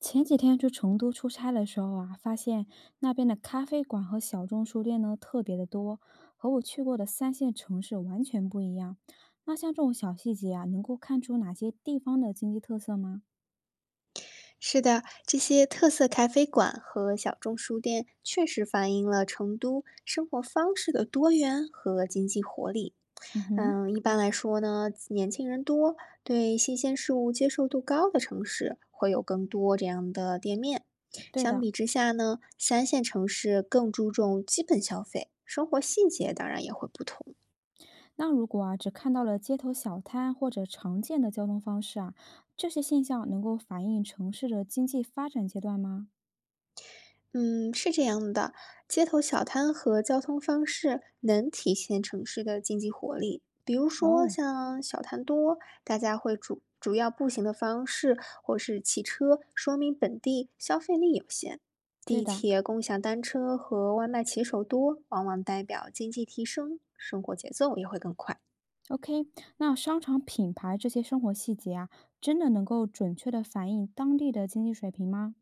前几天去成都出差的时候啊，发现那边的咖啡馆和小众书店呢特别的多，和我去过的三线城市完全不一样。那像这种小细节啊，能够看出哪些地方的经济特色吗？是的，这些特色咖啡馆和小众书店确实反映了成都生活方式的多元和经济活力。嗯哼。一般来说呢，年轻人多，对新鲜事物接受度高的城市会有更多这样的店面。对相的。比之下呢，三线城市更注重基本消费，生活细节当然也会不同。那如果啊只看到了街头小摊或者常见的交通方式啊，这些现象能够反映城市的经济发展阶段吗？嗯，是这样的，街头小摊和交通方式能体现城市的经济活力。比如说，哦，像小摊多，大家会主要步行的方式，或是骑车，说明本地消费力有限。对地的。铁、共享单车和外卖骑手多，往往代表经济提升，生活节奏也会更快。OK，那商场品牌这些生活细节啊，真的能够准确的反映当地的经济水平吗？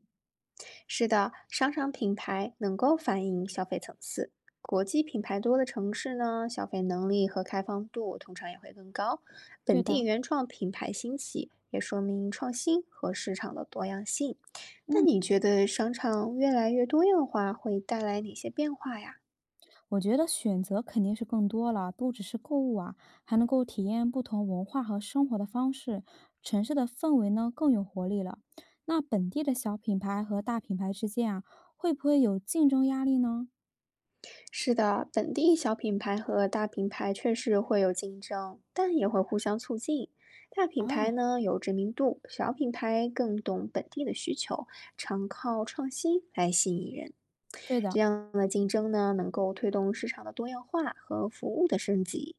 是的，商场品牌能够反映消费层次。国际品牌多的城市呢，消费能力和开放度通常也会更高。对本地的，原创品牌兴起，也说明创新和市场的多样性。那嗯，你觉得商场越来越多样化会带来哪些变化呀？我觉得选择肯定是更多了，不只是购物啊，还能够体验不同文化和生活的方式，城市的氛围呢更有活力了。那本地的小品牌和大品牌之间啊，会不会有竞争压力呢？是的，本地小品牌和大品牌确实会有竞争，但也会互相促进。大品牌哦，呢有知名度，小品牌更懂本地的需求，常靠创新来吸引人。对的。这样的竞争呢，能够推动市场的多样化和服务的升级。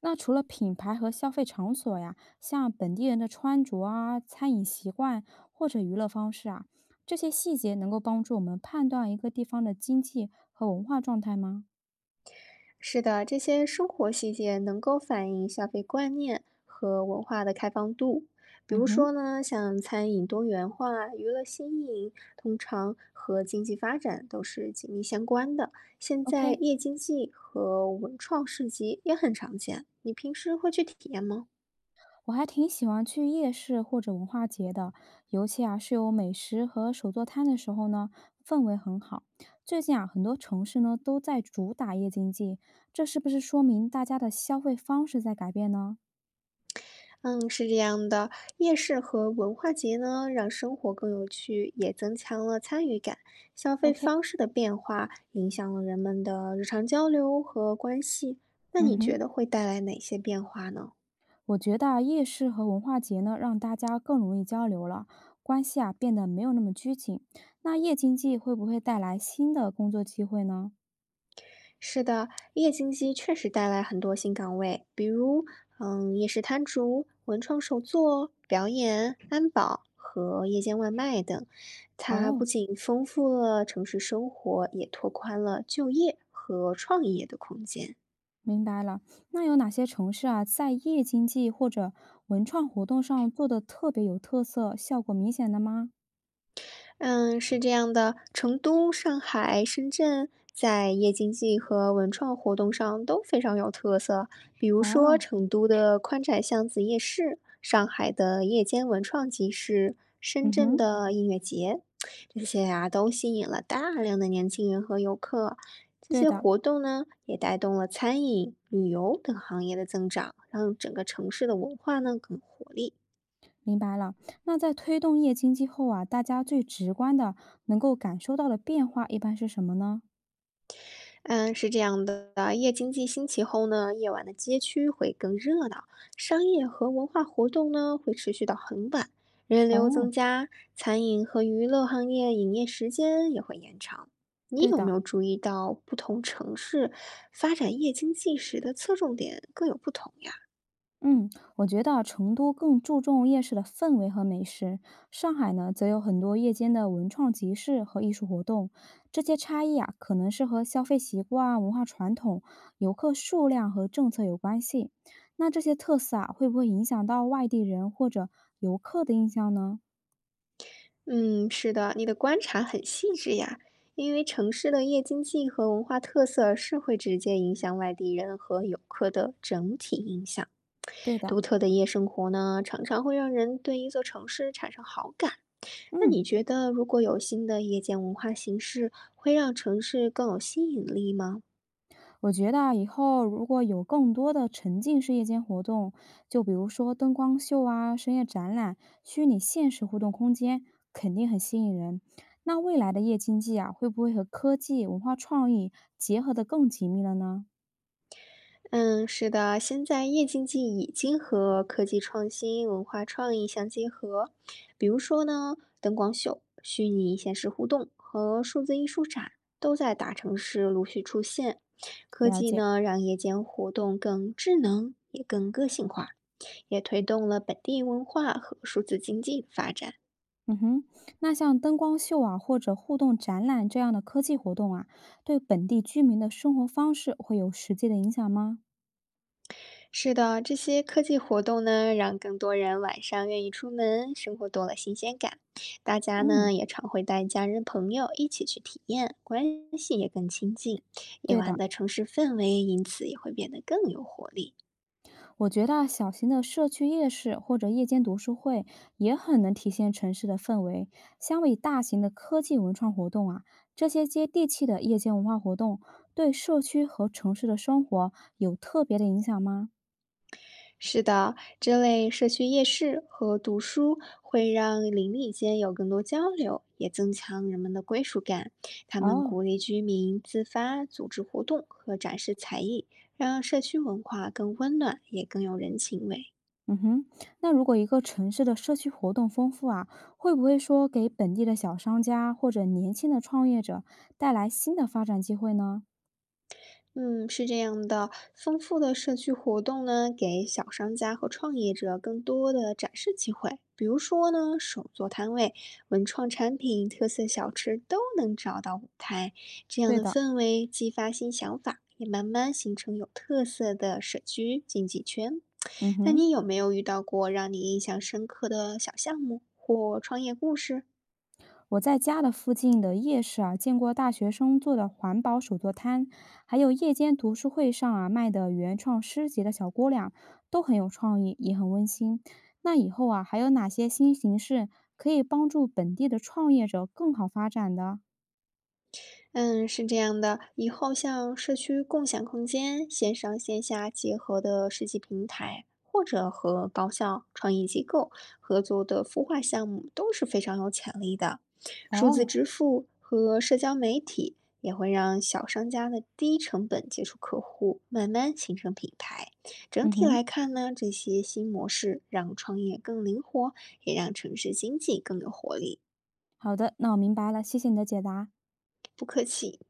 那除了品牌和消费场所呀，像本地人的穿着啊、餐饮习惯或者娱乐方式啊，这些细节能够帮助我们判断一个地方的经济和文化状态吗？是的，这些生活细节能够反映消费观念和文化的开放度。比嗯如哼。说呢，像餐饮多元化、娱乐新颖，通常和经济发展都是紧密相关的。现在 OK，夜经济和文创市集也很常见，你平时会去体验吗？我还挺喜欢去夜市或者文化节的，尤其啊是有美食和手作摊的时候呢，氛围很好。最近啊，很多城市呢都在主打夜经济，这是不是说明大家的消费方式在改变呢？嗯，是这样的，夜市和文化节呢，让生活更有趣，也增强了参与感。消费方式的变化影响了人们的日常交流和关系。那嗯你哼。觉得会带来哪些变化呢？我觉得啊夜市和文化节呢，让大家更容易交流了，关系啊变得没有那么拘谨。那夜经济会不会带来新的工作机会呢？是的，夜经济确实带来很多新岗位，比如，夜市摊主、文创手作、表演、安保和夜间外卖等。它哦，不仅丰富了城市生活，也拓宽了就业和创业的空间。明白了。那有哪些城市啊，在夜经济或者文创活动上做的特别有特色、效果明显的吗？嗯，是这样的，成都、上海、深圳在夜经济和文创活动上都非常有特色。比如说，哦。成都的宽窄巷子夜市，上海的夜间文创集市，深嗯圳哼。的音乐节，这些呀都吸引了大量的年轻人和游客。这对些的，活动呢，也带动了餐饮、旅游等行业的增长，让整个城市的文化呢更活力。明白了。那在推动夜经济后啊，大家最直观的能够感受到的变化一般是什么呢？嗯，是这样的，夜经济兴起后呢，夜晚的街区会更热闹，商业和文化活动呢会持续到很晚，人流哦，增加，餐饮和娱乐行业营业时间也会延长。你对有的。没有注意到不同城市发展夜经济时的侧重点各有不同呀？嗯，我觉得啊成都更注重夜市的氛围和美食，上海呢则有很多夜间的文创集市和艺术活动。这些差异啊，可能是和消费习惯、文化传统、游客数量和政策有关系。那这些特色啊，会不会影响到外地人或者游客的印象呢？嗯，是的，你的观察很细致呀。因为城市的夜经济和文化特色是会直接影响外地人和游客的整体印象。对的，独特的夜生活呢，常常会让人对一座城市产生好感。那你嗯。觉得，如果有新的夜间文化形式，会让城市更有吸引力吗？我觉得啊以后如果有更多的沉浸式夜间活动，就比如说灯光秀啊、深夜展览、虚拟现实互动空间，肯定很吸引人。那未来的夜经济啊，会不会和科技、文化创意结合得更紧密了呢？嗯，是的，现在夜经济已经和科技创新、文化创意相结合，比如说呢，灯光秀、虚拟现实互动和数字艺术展都在大城市陆续出现。科了技解。呢，让夜间活动更智能，也更个性化。也推动了本地文化和数字经济的发展。嗯哼，那像灯光秀啊，或者互动展览这样的科技活动啊，对本地居民的生活方式会有实际的影响吗？是的，这些科技活动呢，让更多人晚上愿意出门，生活多了新鲜感。大家嗯，呢也常会带家人朋友一起去体验，关系也更亲近。夜对晚的。的城市氛围因此也会变得更有活力。我觉得啊小型的社区夜市或者夜间读书会也很能体现城市的氛围。相比大型的科技文创活动啊，这些接地气的夜间文化活动对社区和城市的生活有特别的影响吗？是的，这类社区夜市和读书会让邻里间有更多交流，也增强人们的归属感。他们哦。鼓励居民自发组织活动和展示才艺，让社区文化更温暖，也更有人情味。嗯哼。那如果一个城市的社区活动丰富啊，会不会说给本地的小商家或者年轻的创业者带来新的发展机会呢？嗯，是这样的，丰富的社区活动呢，给小商家和创业者更多的展示机会。比如说呢，手作摊位、文创产品、特色小吃都能找到舞台。这样对的的，氛围激发新想法，也慢慢形成有特色的社区经济圈。嗯那哼。你有没有遇到过让你印象深刻的小项目或创业故事？我在家的附近的夜市啊，见过大学生做的环保手作摊，还有夜间读书会上啊卖的原创诗集的小姑娘，都很有创意，也很温馨。那以后啊，还有哪些新形式可以帮助本地的创业者更好发展的？嗯，是这样的，以后像社区共享空间、线上线下结合的设计平台，或者和高校、创意机构合作的孵化项目，都是非常有潜力的。数字哦，支付和社交媒体也会让小商家的低成本接触客户，慢慢形成品牌。整嗯体哼，来看呢，这些新模式让创业更灵活，也让城市经济更有活力。好的，那我明白了，谢谢你的解答。不客气。